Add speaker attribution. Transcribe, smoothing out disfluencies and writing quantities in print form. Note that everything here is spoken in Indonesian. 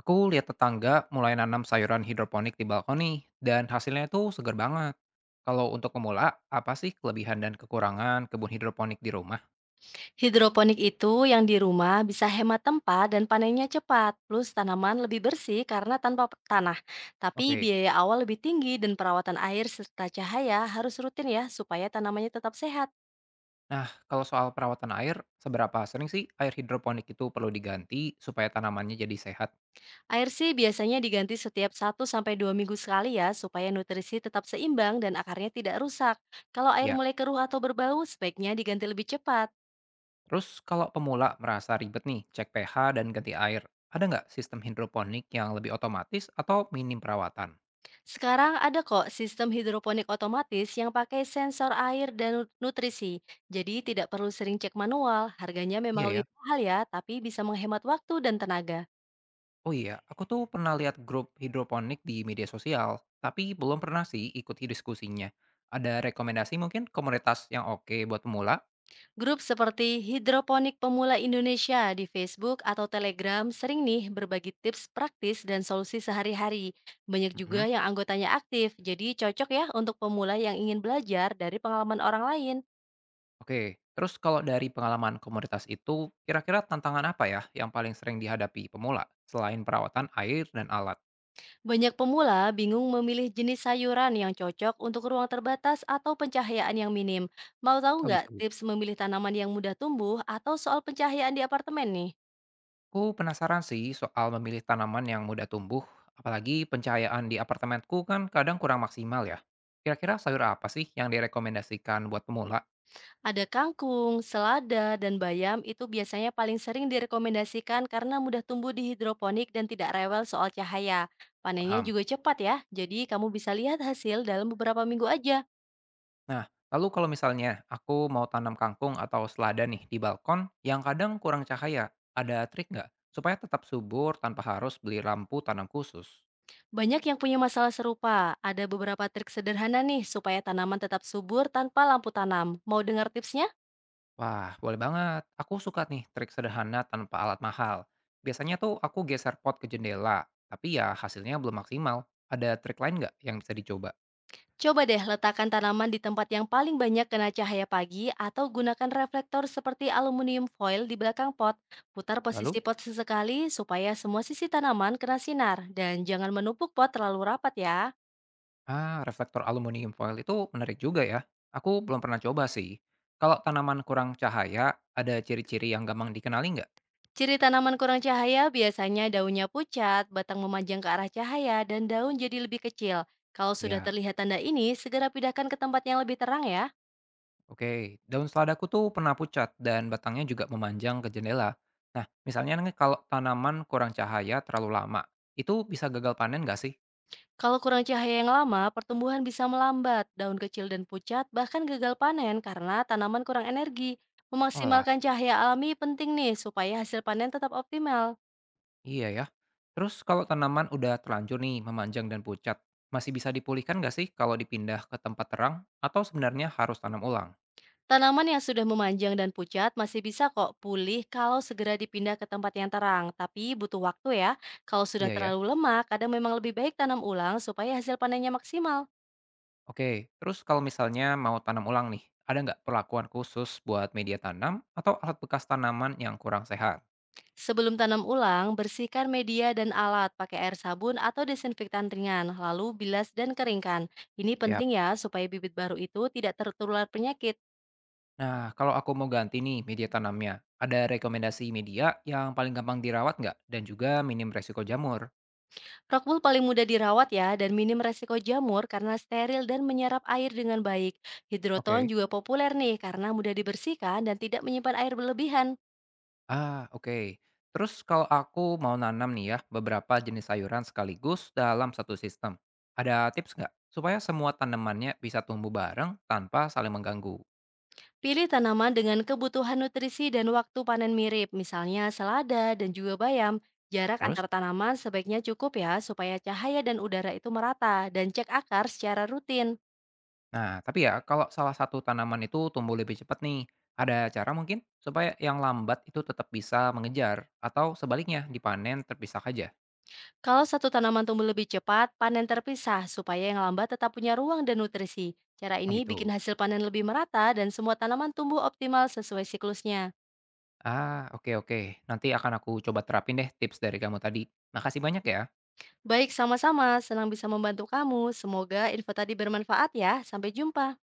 Speaker 1: Aku lihat tetangga mulai nanam sayuran hidroponik di balkon nih, dan hasilnya itu segar banget. Kalau untuk pemula, apa sih kelebihan dan kekurangan kebun hidroponik di rumah?
Speaker 2: Hidroponik itu yang di rumah bisa hemat tempat dan panennya cepat, plus tanaman lebih bersih karena tanpa tanah. Tapi
Speaker 1: Oke.
Speaker 2: biaya awal lebih tinggi dan perawatan air serta cahaya harus rutin ya supaya tanamannya tetap sehat.
Speaker 1: Nah, kalau soal perawatan air, seberapa sering sih air hidroponik itu perlu diganti supaya tanamannya jadi sehat?
Speaker 2: Air sih biasanya diganti setiap satu sampai 2 minggu sekali ya supaya nutrisi tetap seimbang dan akarnya tidak rusak. Kalau air
Speaker 1: Ya.
Speaker 2: mulai keruh atau berbau, sebaiknya diganti lebih cepat.
Speaker 1: Terus kalau pemula merasa ribet nih, cek pH dan ganti air, ada nggak sistem hidroponik yang lebih otomatis atau minim perawatan?
Speaker 2: Sekarang ada kok sistem hidroponik otomatis yang pakai sensor air dan nutrisi. Jadi tidak perlu sering cek manual, harganya memang
Speaker 1: Iya
Speaker 2: lebih
Speaker 1: ya.
Speaker 2: mahal ya, tapi bisa menghemat waktu dan tenaga.
Speaker 1: Oh iya, aku tuh pernah lihat grup hidroponik di media sosial, tapi belum pernah sih ikut diskusinya. Ada rekomendasi mungkin komunitas yang oke buat pemula?
Speaker 2: Grup seperti Hidroponik Pemula Indonesia di Facebook atau Telegram sering nih berbagi tips praktis dan solusi sehari-hari. Banyak juga
Speaker 1: Mhm.
Speaker 2: yang anggotanya aktif, jadi cocok ya untuk pemula yang ingin belajar dari pengalaman orang lain.
Speaker 1: Oke, terus kalau dari pengalaman komunitas itu, kira-kira tantangan apa ya yang paling sering dihadapi pemula selain perawatan air dan alat?
Speaker 2: Banyak pemula bingung memilih jenis sayuran yang cocok untuk ruang terbatas atau pencahayaan yang minim. Mau tahu
Speaker 1: Oh
Speaker 2: nggak
Speaker 1: gitu.
Speaker 2: tips memilih tanaman yang mudah tumbuh atau soal pencahayaan di apartemen nih?
Speaker 1: Aku penasaran sih soal memilih tanaman yang mudah tumbuh, apalagi pencahayaan di apartemenku kan kadang kurang maksimal ya. Kira-kira sayur apa sih yang direkomendasikan buat pemula?
Speaker 2: Ada kangkung, selada, dan bayam itu biasanya paling sering direkomendasikan karena mudah tumbuh di hidroponik dan tidak rewel soal cahaya. Panennya
Speaker 1: Paham?
Speaker 2: juga cepat ya, jadi kamu bisa lihat hasil dalam beberapa minggu aja.
Speaker 1: Nah, lalu kalau misalnya aku mau tanam kangkung atau selada nih di balkon yang kadang kurang cahaya, ada trik nggak supaya tetap subur tanpa harus beli lampu tanam khusus?
Speaker 2: Banyak yang punya masalah serupa. Ada beberapa trik sederhana nih supaya tanaman tetap subur tanpa lampu tanam. Mau dengar tipsnya?
Speaker 1: Wah, boleh banget. Aku suka nih trik sederhana tanpa alat mahal. Biasanya tuh aku geser pot ke jendela, tapi ya hasilnya belum maksimal. Ada trik lain nggak yang bisa dicoba?
Speaker 2: Coba deh letakkan tanaman di tempat yang paling banyak kena cahaya pagi atau gunakan reflektor seperti aluminium foil di belakang pot. Putar
Speaker 1: Lalu,
Speaker 2: posisi pot sesekali supaya semua sisi tanaman kena sinar dan jangan menumpuk pot terlalu rapat ya.
Speaker 1: reflektor aluminium foil itu menarik juga ya. Aku belum pernah coba sih. Kalau tanaman kurang cahaya, ada ciri-ciri yang gampang dikenali nggak?
Speaker 2: Ciri tanaman kurang cahaya biasanya daunnya pucat, batang memanjang ke arah cahaya, dan daun jadi lebih kecil. Kalau sudah
Speaker 1: Ya,
Speaker 2: terlihat tanda ini, segera pindahkan ke tempat yang lebih terang ya.
Speaker 1: oke, daun seladaku tuh pernah pucat dan batangnya juga memanjang ke jendela. Nah, misalnya nih kalau tanaman kurang cahaya terlalu lama, itu bisa gagal panen nggak sih?
Speaker 2: Kalau kurang cahaya yang lama, pertumbuhan bisa melambat, daun kecil dan pucat, bahkan gagal panen karena tanaman kurang energi.
Speaker 1: Walah,
Speaker 2: Memaksimalkan cahaya alami penting nih, supaya hasil panen tetap optimal.
Speaker 1: iya ya. Terus kalau tanaman udah terlanjur nih memanjang dan pucat, masih bisa dipulihkan nggak sih kalau dipindah ke tempat terang atau sebenarnya harus tanam ulang?
Speaker 2: Tanaman yang sudah memanjang dan pucat masih bisa kok pulih kalau segera dipindah ke tempat yang terang, tapi butuh waktu ya. Kalau sudah
Speaker 1: Iya ya.
Speaker 2: terlalu lemah, kadang memang lebih baik tanam ulang supaya hasil panennya maksimal.
Speaker 1: Oke, terus kalau misalnya mau tanam ulang nih, ada nggak perlakuan khusus buat media tanam atau alat bekas tanaman yang kurang sehat?
Speaker 2: Sebelum tanam ulang, bersihkan media dan alat pakai air sabun atau desinfektan ringan, lalu bilas dan keringkan. Ini penting
Speaker 1: Siap.
Speaker 2: ya supaya bibit baru itu tidak tertular penyakit.
Speaker 1: Nah, kalau aku mau ganti nih media tanamnya, ada rekomendasi media yang paling gampang dirawat nggak? Dan juga minim resiko jamur?
Speaker 2: Rockwool paling mudah dirawat ya dan minim resiko jamur karena steril dan menyerap air dengan baik. Hidroton
Speaker 1: Oke.
Speaker 2: juga populer nih karena mudah dibersihkan dan tidak menyimpan air berlebihan.
Speaker 1: Oke. Terus kalau aku mau nanam nih ya, beberapa jenis sayuran sekaligus dalam satu sistem. Ada tips nggak? Supaya semua tanamannya bisa tumbuh bareng tanpa saling mengganggu.
Speaker 2: Pilih tanaman dengan kebutuhan nutrisi dan waktu panen mirip, misalnya selada dan juga bayam. Jarak
Speaker 1: Terus?
Speaker 2: antar tanaman sebaiknya cukup ya supaya cahaya dan udara itu merata dan cek akar secara rutin.
Speaker 1: Nah, tapi ya kalau salah satu tanaman itu tumbuh lebih cepat nih, ada cara mungkin supaya yang lambat itu tetap bisa mengejar atau sebaliknya dipanen terpisah aja?
Speaker 2: Kalau satu tanaman tumbuh lebih cepat, panen terpisah supaya yang lambat tetap punya ruang dan nutrisi. Cara
Speaker 1: Oh
Speaker 2: ini bikin
Speaker 1: gitu.
Speaker 2: hasil panen lebih merata dan semua tanaman tumbuh optimal sesuai siklusnya.
Speaker 1: Oke, oke. Nanti akan aku coba terapin deh tips dari kamu tadi. Makasih banyak ya.
Speaker 2: Baik, sama-sama. Senang bisa membantu kamu. Semoga info tadi bermanfaat ya. Sampai jumpa.